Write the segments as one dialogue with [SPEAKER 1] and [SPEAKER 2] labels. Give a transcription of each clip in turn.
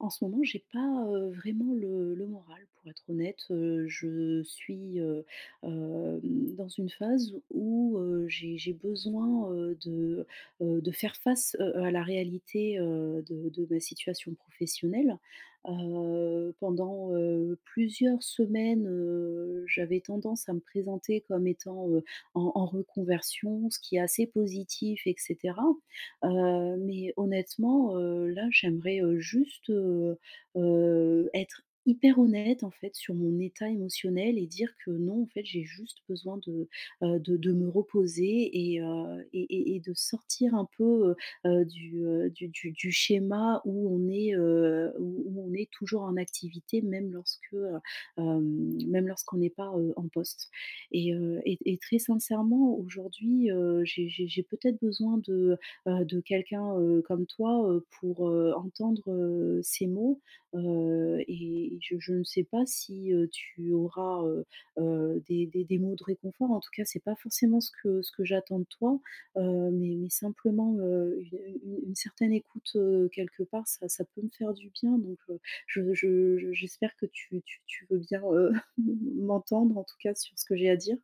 [SPEAKER 1] En ce moment, j'ai pas, vraiment le moral pour être honnête. Je suis, hem, dans une phase où, j'ai besoin, de faire face, à la réalité, de ma situation professionnelle. Plusieurs semaines, j'avais tendance à me présenter comme étant, en reconversion, ce qui est assez positif etc. Mais honnêtement, là, j'aimerais, être hyper honnête, en fait, sur mon état émotionnel, et dire que non, en fait, j'ai juste besoin de, de me reposer et de sortir un peu, du, du schéma où on est, où on est toujours en activité, même lorsque, même lorsqu'on n'est pas, en poste, et très sincèrement, aujourd'hui, j'ai peut-être besoin de quelqu'un, comme toi, pour, entendre, ces mots, et je ne sais pas si, tu auras, des mots de réconfort. En tout cas, c'est pas forcément ce que j'attends de toi, mais simplement, une une certaine écoute, quelque part, ça peut me faire du bien, donc je j'espère que tu veux bien, m'entendre, en tout cas, sur ce que j'ai à dire.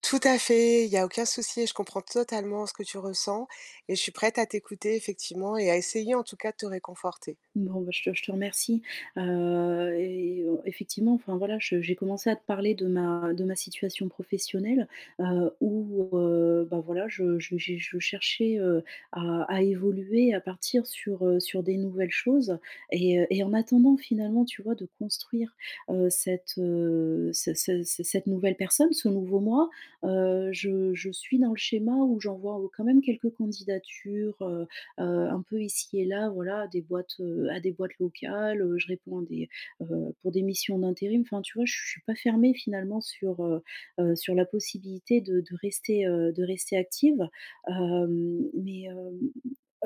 [SPEAKER 2] Tout à fait, il y a aucun souci et je comprends totalement ce que tu ressens et je suis prête à t'écouter effectivement et à essayer en tout cas de te réconforter.
[SPEAKER 1] Bon, bah, je te remercie, effectivement, enfin, voilà, je j'ai commencé à te parler de ma situation professionnelle, où, bah, voilà, je cherchais, à évoluer, à partir sur, sur des nouvelles choses, et en attendant, finalement, tu vois, de construire, cette, ce ce ce cette nouvelle personne, ce nouveau moi. Je suis dans le schéma où j'envoie quand même quelques candidatures, un peu ici et là, voilà, à des boîtes locales. Je réponds à des, pour des missions d'intérim. Enfin, tu vois, je suis pas fermée finalement sur, sur la possibilité de rester, de rester active. Hem, mais, hem,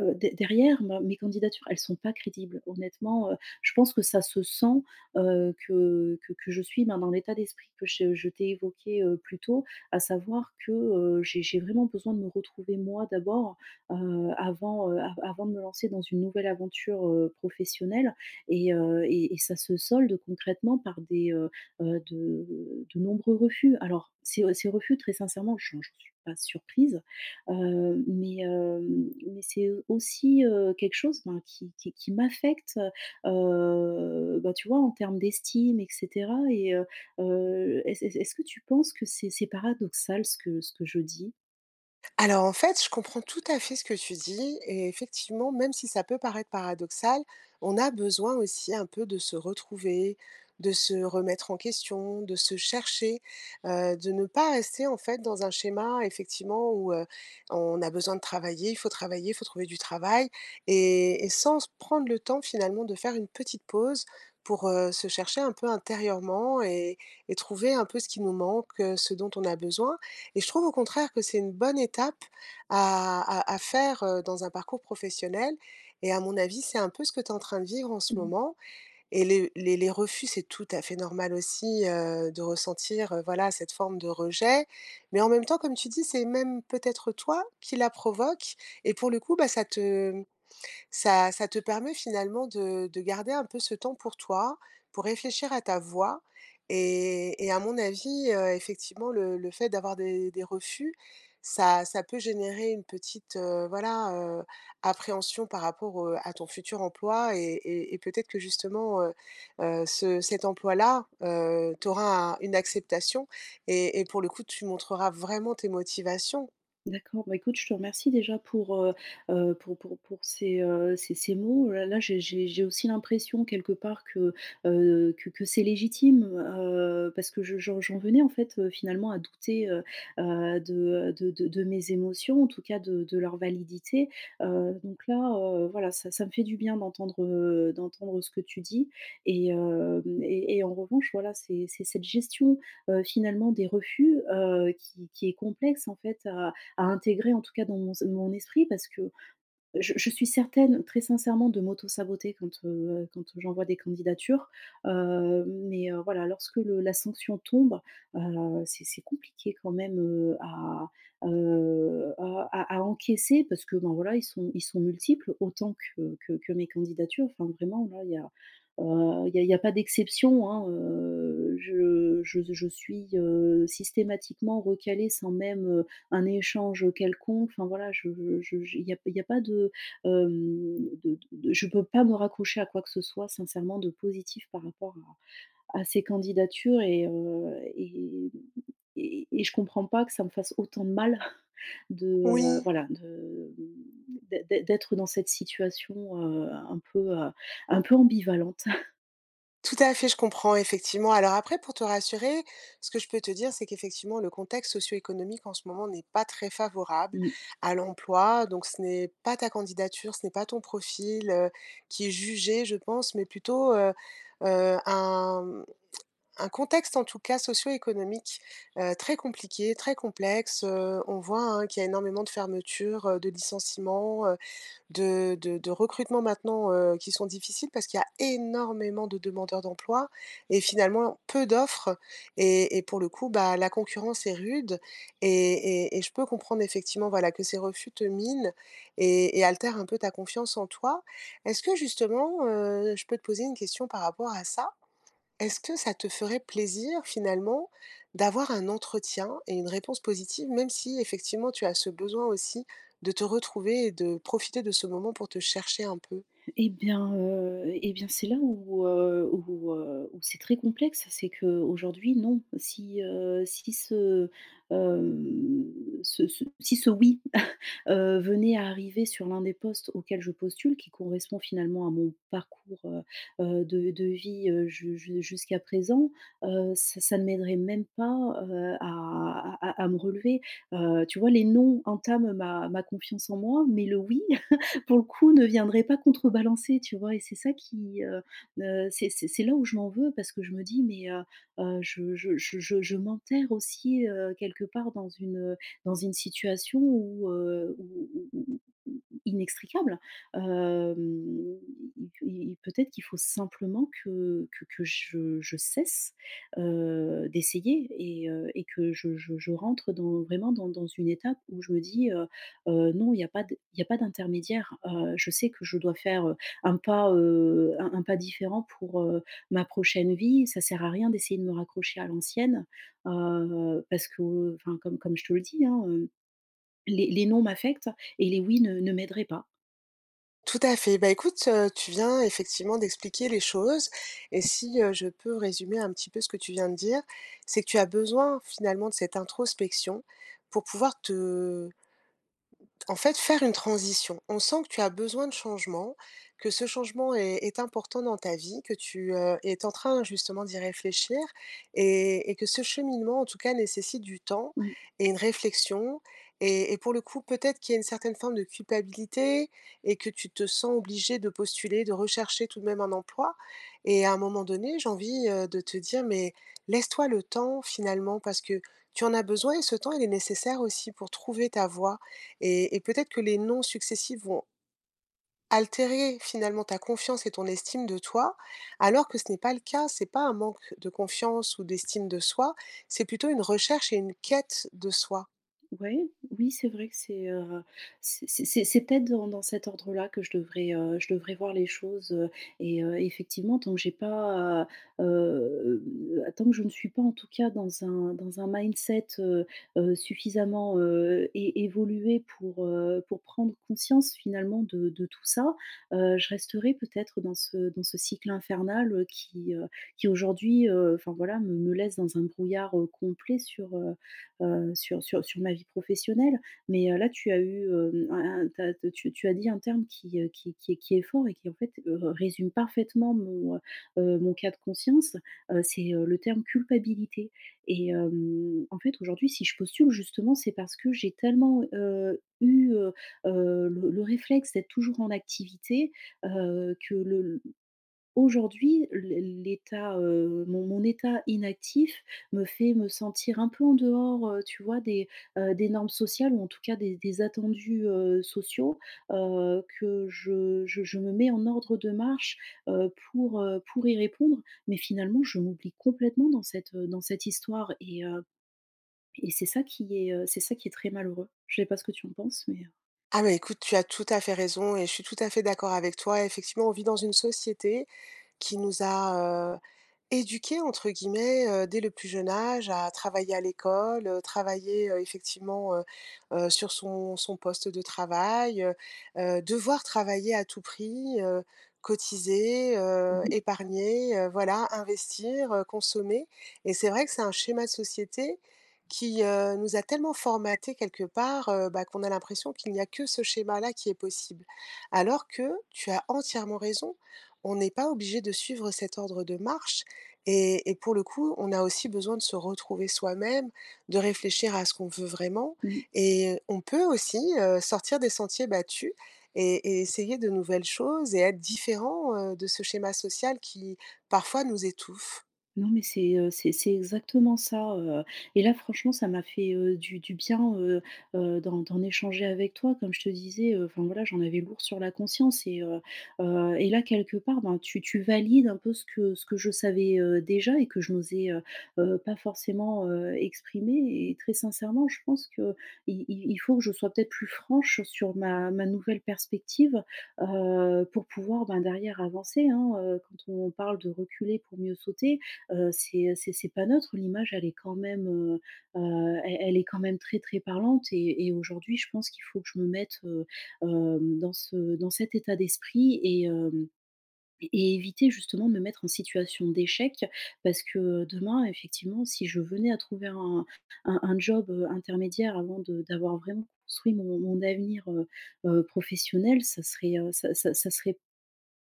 [SPEAKER 1] de derrière ma mes candidatures, elles sont pas crédibles. Honnêtement, je pense que ça se sent, que je suis, ben, dans l'état d'esprit que je t'ai évoqué, plus tôt, à savoir que, j'ai vraiment besoin de me retrouver moi d'abord, avant, av avant de me lancer dans une nouvelle aventure, professionnelle, et ça se solde concrètement par des, de nombreux refus. Alors ces, ces refus, très sincèrement, je ne suis pas surprise, mais c'est aussi, quelque chose, ben, qui qui m'affecte, bah, tu vois, en termes d'estime et cetera. Est-ce est-ce que tu penses que c'est paradoxal ce que je dis?
[SPEAKER 2] Alors en fait, je comprends tout à fait ce que tu dis et effectivement, même si ça peut paraître paradoxal, on a besoin aussi un peu de se retrouver, de se remettre en question, de se chercher, de ne pas rester en fait dans un schéma effectivement où, on a besoin de travailler, il faut trouver du travail et sans s prendre le temps finalement de faire une petite pause pour, se chercher un peu intérieurement et trouver un peu ce qui nous manque, ce dont on a besoin. Et je trouve au contraire que c'est une bonne étape à faire, dans un parcours professionnel et à mon avis, c'est un peu ce que tu es en train de vivre en ce moment et les refus, c'est tout à fait normal aussi, de ressentir, voilà, cette forme de rejet. Mais en même temps, comme tu dis, c'est même peut-être toi qui la provoque et pour le coup, bah, ça te permet finalement de garder un peu ce temps pour toi, pour réfléchir à ta voix et à mon avis, effectivement, le fait d'avoir des refus, ça peut générer une petite, voilà, heu, appréhension par rapport, à ton futur emploi et peut-être que justement, ce cet emploi-là, tu auras une acceptation et pour le coup, tu montreras vraiment tes motivations.
[SPEAKER 1] D'accord, bah, écoute, je te remercie déjà pour, pour ces, ces mots. Là, j'ai aussi l'impression, quelque part, que, que c'est légitime, parce que je j'en venais en fait, finalement à douter, de mes émotions, en tout cas de leur validité. Donc là, voilà, ça me fait du bien d'entendre, d'entendre ce que tu dis, et et en revanche, voilà, c'est cette gestion, finalement, des refus, qui est complexe, en fait, à intégrer, en tout cas, dans mon esprit, parce que je suis certaine, très sincèrement, de m'auto-saboter quand, quand j'envoie des candidatures. Mais voilà, lorsque la sanction tombe, c'est compliqué quand même à, à encaisser, parce que ben voilà, ils sont multiples autant que, que mes candidatures. Enfin, vraiment, là, il y a. Il n'y a, il y a pas d'exception, hein. Je, je suis systématiquement recalée sans même un échange quelconque. Enfin voilà, je il y a pas de, hem, de je peux pas me raccrocher à quoi que ce soit, sincèrement, de positif par rapport à ces candidatures, et je comprends pas que ça me fasse autant de mal de,
[SPEAKER 2] Oui.
[SPEAKER 1] voilà, de d'être dans cette situation, un peu ambivalente.
[SPEAKER 2] Tout à fait, je comprends effectivement. Alors après, pour te rassurer, ce que je peux te dire, c'est qu'effectivement, le contexte socio-économique en ce moment n'est pas très favorable à l'emploi. Donc, ce n'est pas ta candidature, ce n'est pas ton profil qui est jugé, je pense, mais plutôt euh, un, un contexte, en tout cas, socio-économique très compliqué, très complexe. On voit hein, qu'il y a énormément de fermetures, de licenciements. De de recrutement maintenant, qui sont difficiles parce qu'il y a énormément de demandeurs d'emploi et finalement peu d'offres et pour le coup, bah, la concurrence est rude et je peux comprendre effectivement, voilà, que ces refus te minent et altèrent un peu ta confiance en toi. Est-ce que justement, je peux te poser une question par rapport à ça? Est-ce que ça te ferait plaisir finalement d'avoir un entretien et une réponse positive, même si effectivement tu as ce besoin aussi de te retrouver et de profiter de ce moment pour te chercher un peu?
[SPEAKER 1] Eh bien, c'est là où, où c'est très complexe. C'est qu'aujourd'hui, non, si, si ce, hem, ce ce si ce « oui » venait à arriver sur l'un des postes auxquels je postule, qui correspond finalement à mon parcours, de vie, ju ju jusqu'à présent, ça ne m'aiderait même pas, à à me relever. Tu vois, les « non » entament ma confiance en moi, mais le « oui », pour le coup, ne viendrait pas contrebalancer, tu vois? Et c'est ça qui, c'est là où je m'en veux, parce que je me dis : « Mais, je m'enterre aussi, quelque part, dans une situation où, où inextricable. » Hem, Il peut-être qu'il faut simplement que je cesse, d'essayer, et que je je rentre dans vraiment dans une étape où je me dis, Non, il n'y a pas d il y a pas d'intermédiaire. » Je sais que je dois faire, un pas, un pas différent pour, ma prochaine vie. Ça sert à rien d'essayer de me raccrocher à l'ancienne. Parce que, enfin, comme je te le dis, hein, les non m'affectent et les oui ne m'aideraient pas.
[SPEAKER 2] Tout à fait. Bah, écoute, tu viens effectivement d'expliquer les choses et si, je peux résumer un petit peu ce que tu viens de dire, c'est que tu as besoin finalement de cette introspection pour pouvoir te En fait, faire une transition. On sent que tu as besoin de changement, que ce changement est, est important dans ta vie, que tu es en train justement d'y réfléchir et que ce cheminement, en tout cas, nécessite du temps
[SPEAKER 1] Mmh.
[SPEAKER 2] et une réflexion. Et pour le coup, peut-être qu'il y a une certaine forme de culpabilité et que tu te sens obligé de postuler, de rechercher tout de même un emploi. Et à un moment donné, j'ai envie de te dire, mais laisse-toi le temps finalement parce que tu en as besoin et ce temps, il est nécessaire aussi pour trouver ta voie et peut-être que les non successifs vont altérer finalement ta confiance et ton estime de toi, alors que ce n'est pas le cas. C'est pas un manque de confiance ou d'estime de soi, c'est plutôt une recherche et une quête de soi.
[SPEAKER 1] Ouais, oui, c'est vrai que c'est, c'est peut-être dans cet ordre-là que je devrais voir les choses. Effectivement, tant que j'ai pas, heu heu, tant que je ne suis pas, en tout cas, dans un mindset, suffisamment, é évolué pour prendre conscience, finalement, de tout ça, je resterai peut-être dans ce cycle infernal, qui aujourd'hui, enfin, voilà, me laisse dans un brouillard, complet sur, sur, sur ma vie professionnelle. Mais là, tu as eu, tu as dit un terme qui, qui est fort et qui, en fait, résume parfaitement mon cas de conscience. C'est le terme culpabilité. En fait, aujourd'hui, si je postule justement, c'est parce que j'ai tellement eu le réflexe d'être toujours en activité, euh, que le, aujourd'hui, l'état, mon état inactif me fait me sentir un peu en dehors, tu vois, des normes sociales, ou en tout cas des attendus, sociaux, que je je me mets en ordre de marche, pour y répondre. Mais finalement, je m'oublie complètement dans cette histoire, et c'est ça qui est, c'est ça qui est très malheureux. Je sais pas ce que tu en penses,
[SPEAKER 2] Ah mais écoute, tu as tout à fait raison et je suis tout à fait d'accord avec toi. Effectivement, on vit dans une société qui nous a, éduqués entre guillemets, dès le plus jeune âge à travailler à l'école, travailler, effectivement, sur son poste de travail, devoir travailler à tout prix, cotiser,
[SPEAKER 1] mmh mh.
[SPEAKER 2] épargner, voilà, investir, consommer et c'est vrai que c'est un schéma de société qui, nous a tellement formatés quelque part, bah, qu'on a l'impression qu'il n'y a que ce schéma-là qui est possible. Alors que tu as entièrement raison, on n'est pas obligé de suivre cet ordre de marche et pour le coup, on a aussi besoin de se retrouver soi-même, de réfléchir à ce qu'on veut vraiment
[SPEAKER 1] Mmh.
[SPEAKER 2] et on peut aussi, sortir des sentiers battus et essayer de nouvelles choses et être différent, de ce schéma social qui, parfois, nous étouffe.
[SPEAKER 1] Non, mais c'est, c'est exactement ça, et là, franchement, ça m'a fait, du bien, d'en échanger avec toi. Comme je te disais, enfin voilà, j'en avais lourd sur la conscience, et là, quelque part, ben, tu valides un peu ce que je savais, déjà, et que je n'osais, pas forcément, exprimer, et très sincèrement, je pense que il faut que je sois peut-être plus franche sur ma nouvelle perspective, pour pouvoir, ben, derrière avancer, hein. Quand on parle de reculer pour mieux sauter, c'est pas neutre. L'image, elle est quand même, elle est quand même très, très parlante, et aujourd'hui, je pense qu'il faut que je me mette, dans ce dans cet état d'esprit, et éviter justement de me mettre en situation d'échec. Parce que, demain, effectivement, si je venais à trouver un un job, intermédiaire, avant de d'avoir vraiment construit mon avenir, professionnel, ça serait, ça ça serait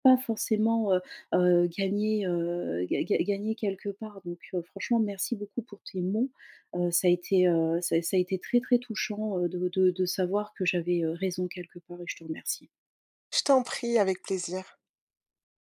[SPEAKER 1] pas forcément, gagner, ga ga gagner quelque part. Donc franchement, merci beaucoup pour tes mots. Ça a été, ça a été très, très touchant, de savoir que j'avais, raison quelque part, et je te remercie.
[SPEAKER 2] Je t'en prie, avec plaisir.